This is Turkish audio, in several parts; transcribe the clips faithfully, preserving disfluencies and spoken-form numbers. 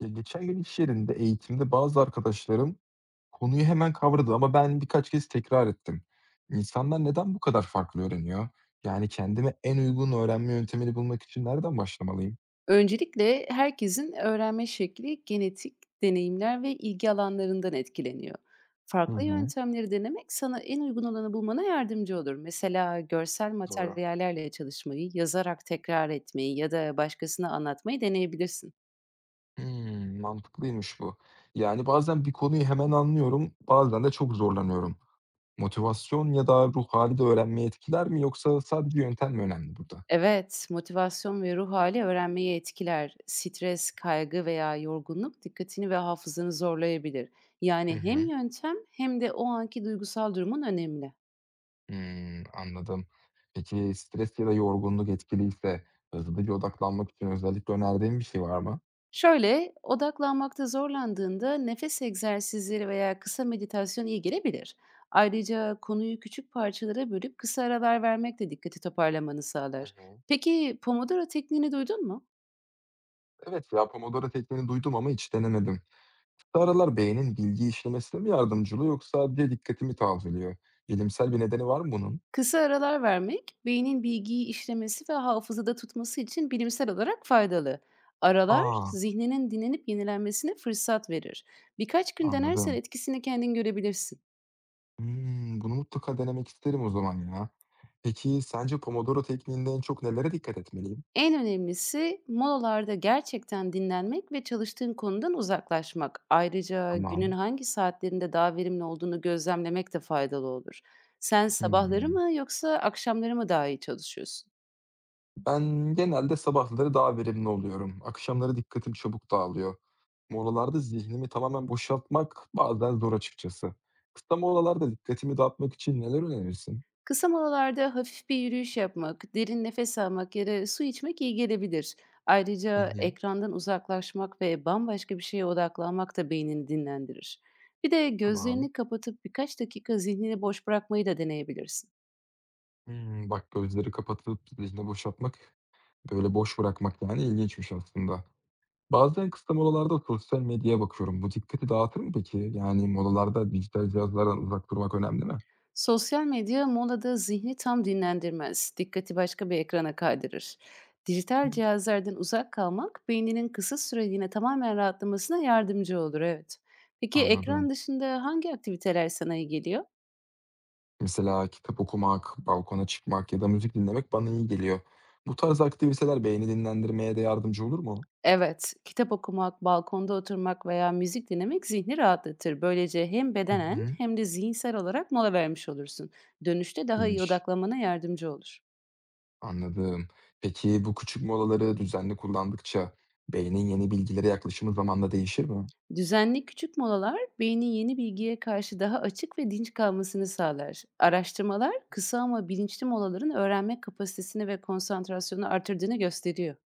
Ya, geçen gün iş yerinde eğitimde bazı arkadaşlarım konuyu hemen kavradı ama ben birkaç kez tekrar ettim. İnsanlar neden bu kadar farklı öğreniyor? Yani kendime en uygun öğrenme yöntemini bulmak için nereden başlamalıyım? Öncelikle herkesin öğrenme şekli genetik deneyimler ve ilgi alanlarından etkileniyor. Hı Farklı hı, yöntemleri denemek sana en uygun olanı bulmana yardımcı olur. Mesela görsel doğru. materyallerle çalışmayı, yazarak tekrar etmeyi ya da başkasına anlatmayı deneyebilirsin. Hmm, mantıklıymış bu. Yani bazen bir konuyu hemen anlıyorum, bazen de çok zorlanıyorum. Motivasyon ya da ruh hali de öğrenmeyi etkiler mi yoksa sadece yöntem mi önemli burada? Evet, motivasyon ve ruh hali öğrenmeyi etkiler. Stres, kaygı veya yorgunluk dikkatini ve hafızanı zorlayabilir. Hı Yani hem hı. yöntem hem de o anki duygusal durumun önemli. Hımm, anladım. Peki, stres ya da yorgunluk etkiliyse hızlıca odaklanmak için özellikle önerdiğin bir şey var mı? Şöyle, odaklanmakta zorlandığında nefes egzersizleri veya kısa meditasyon iyi gelebilir. Ayrıca konuyu küçük parçalara bölüp kısa aralar vermek de dikkati toparlamanı Hı sağlar. hı. Peki Pomodoro tekniğini duydun mu? Evet ya, Pomodoro tekniğini duydum ama hiç denemedim. Bu aralar beynin bilgi işlemesine mi yardımcı oluyor yoksa sadece dikkatimi tazeliyor? Bilimsel bir nedeni var mı bunun? Kısa aralar vermek, beynin bilgiyi işlemesi ve hafızada tutması için bilimsel olarak faydalı. Aralar, A! zihninin dinlenip yenilenmesine fırsat verir. Birkaç gün denersen Anladım. etkisini kendin görebilirsin. Hımm, bunu mutlaka denemek isterim o zaman ya. Peki, sence Pomodoro tekniğinde en çok nelere dikkat etmeliyim? En önemlisi molalarda gerçekten dinlenmek ve çalıştığın konudan uzaklaşmak. Ayrıca günün Tamam. hangi saatlerinde daha verimli olduğunu gözlemlemek de faydalı olur. Sen sabahları Hımm. mı yoksa akşamları mı daha iyi çalışıyorsun? Ben genelde sabahları daha verimli oluyorum. Akşamları dikkatim çabuk dağılıyor. Molalarda zihnimi tamamen boşaltmak bazen zor açıkçası. Kısa molalarda dikkatimi dağıtmak için neler önerirsin? Kısa molalarda hafif bir yürüyüş yapmak, derin nefes almak ya da su içmek iyi gelebilir. Hı Ayrıca hı. ekrandan uzaklaşmak ve bambaşka bir şeye odaklanmak da beynini dinlendirir. Bir de Tamam. gözlerini kapatıp birkaç dakika zihnini boş bırakmayı da deneyebilirsin. Hmm, bak gözleri kapatıp zihni boşaltmak, böyle boş bırakmak yani ilginçmiş aslında. Bazen kısa molalarda sosyal medyaya bakıyorum. Bu dikkati dağıtır mı peki? Yani molalarda dijital cihazlardan uzak durmak önemli mi? Sosyal medya molada zihni tam dinlendirmez. Dikkati başka bir ekrana kaydırır. Dijital Hmm, cihazlardan uzak kalmak beyninin kısa süreliğine tamamen rahatlamasına yardımcı olur, evet. Peki anladım. ekran dışında hangi aktiviteler sana iyi geliyor? Mesela kitap okumak, balkona çıkmak ya da müzik dinlemek bana iyi geliyor. Bu tarz aktiviteler beyni dinlendirmeye de yardımcı olur mu? Evet, kitap okumak, balkonda oturmak veya müzik dinlemek zihni rahatlatır. Böylece hem Hı bedenen hı. hem de zihinsel olarak mola vermiş olursun. Dönüşte daha iyi İyiymiş. odaklanmana yardımcı olur. Anladım. Peki bu küçük molaları düzenli kullandıkça beynin yeni bilgilere yaklaşımı zamanla değişir mi? Düzenli küçük molalar beynin yeni bilgiye karşı daha açık ve dinç kalmasını sağlar. Araştırmalar kısa ama bilinçli molaların öğrenme kapasitesini ve konsantrasyonu artırdığını gösteriyor.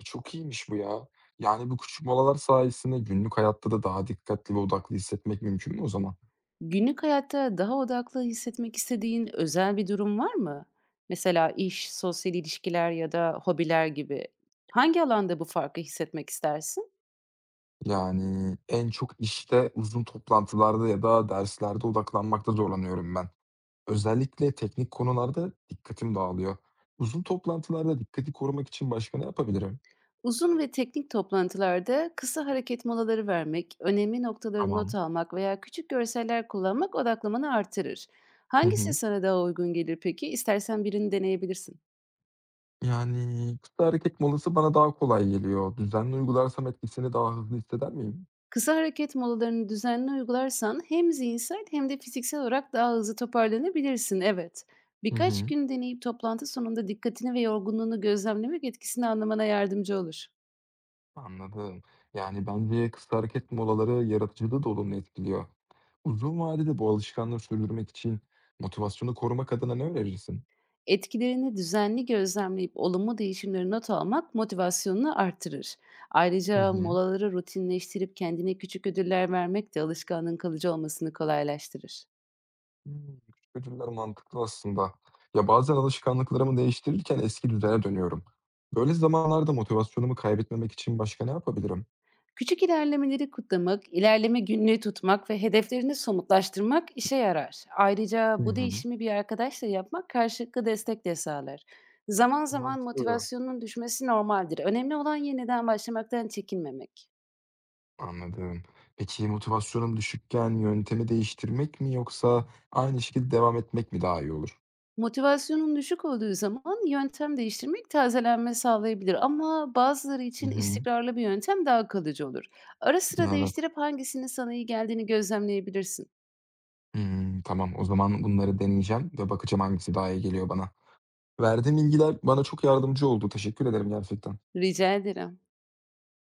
E, Çok iyiymiş bu ya. Yani bu küçük molalar sayesinde günlük hayatta da daha dikkatli ve odaklı hissetmek mümkün mü o zaman? Günlük hayatta daha odaklı hissetmek istediğin özel bir durum var mı? Mesela iş, sosyal ilişkiler ya da hobiler gibi. Hangi alanda bu farkı hissetmek istersin? Yani en çok işte uzun toplantılarda ya da derslerde odaklanmakta zorlanıyorum ben. Özellikle teknik konularda dikkatim dağılıyor. Uzun toplantılarda dikkati korumak için başka ne yapabilirim? Uzun ve teknik toplantılarda kısa hareket molaları vermek, önemli noktaları not Tamam. almak veya küçük görseller kullanmak odaklamanı artırır. Hı Hangisi hı. sana daha uygun gelir peki? İstersen birini deneyebilirsin. Yani kısa hareket molası bana daha kolay geliyor. Düzenli uygularsam etkisini daha hızlı hisseder miyim? Kısa hareket molalarını düzenli uygularsan hem zihinsel hem de fiziksel olarak daha hızlı toparlanabilirsin. Evet. Hı Birkaç hı. gün deneyip toplantı sonunda dikkatini ve yorgunluğunu gözlemlemek etkisini anlamana yardımcı olur. Anladım. Yani bence kısa hareket molaları yaratıcılığı da olumlu etkiliyor. Uzun vadede bu alışkanlığı sürdürmek için motivasyonu korumak adına ne önerirsin? Etkilerini düzenli gözlemleyip olumlu değişimleri not almak motivasyonunu artırır. Hı Ayrıca hı. molaları rutinleştirip kendine küçük ödüller vermek de alışkanlığın kalıcı olmasını kolaylaştırır. Hımm. Küçük ödüller mantıklı aslında. Ya, bazen alışkanlıklarımı değiştirirken eski düzene dönüyorum. Böyle zamanlarda motivasyonumu kaybetmemek için başka ne yapabilirim? Küçük ilerlemeleri kutlamak, ilerleme günlüğü tutmak ve hedeflerini somutlaştırmak işe yarar. Ayrıca Hı bu hı. değişimi bir arkadaşla yapmak karşılıklı destek de sağlar. Zaman zaman Mantıklı. motivasyonun düşmesi normaldir. Önemli olan yeniden başlamaktan çekinmemek. Anladım. Peki motivasyonum düşükken yöntemi değiştirmek mi yoksa aynı şekilde devam etmek mi daha iyi olur? Motivasyonun düşük olduğu zaman yöntem değiştirmek tazelenme sağlayabilir ama bazıları Hı için hı. istikrarlı bir yöntem daha kalıcı olur. Ara sıra Evet. değiştirip hangisinin sana iyi geldiğini gözlemleyebilirsin. Hımm, tamam. O zaman bunları deneyeceğim ve bakacağım hangisi daha iyi geliyor bana. Verdiğim bilgiler bana çok yardımcı oldu. Teşekkür ederim gerçekten. Rica ederim.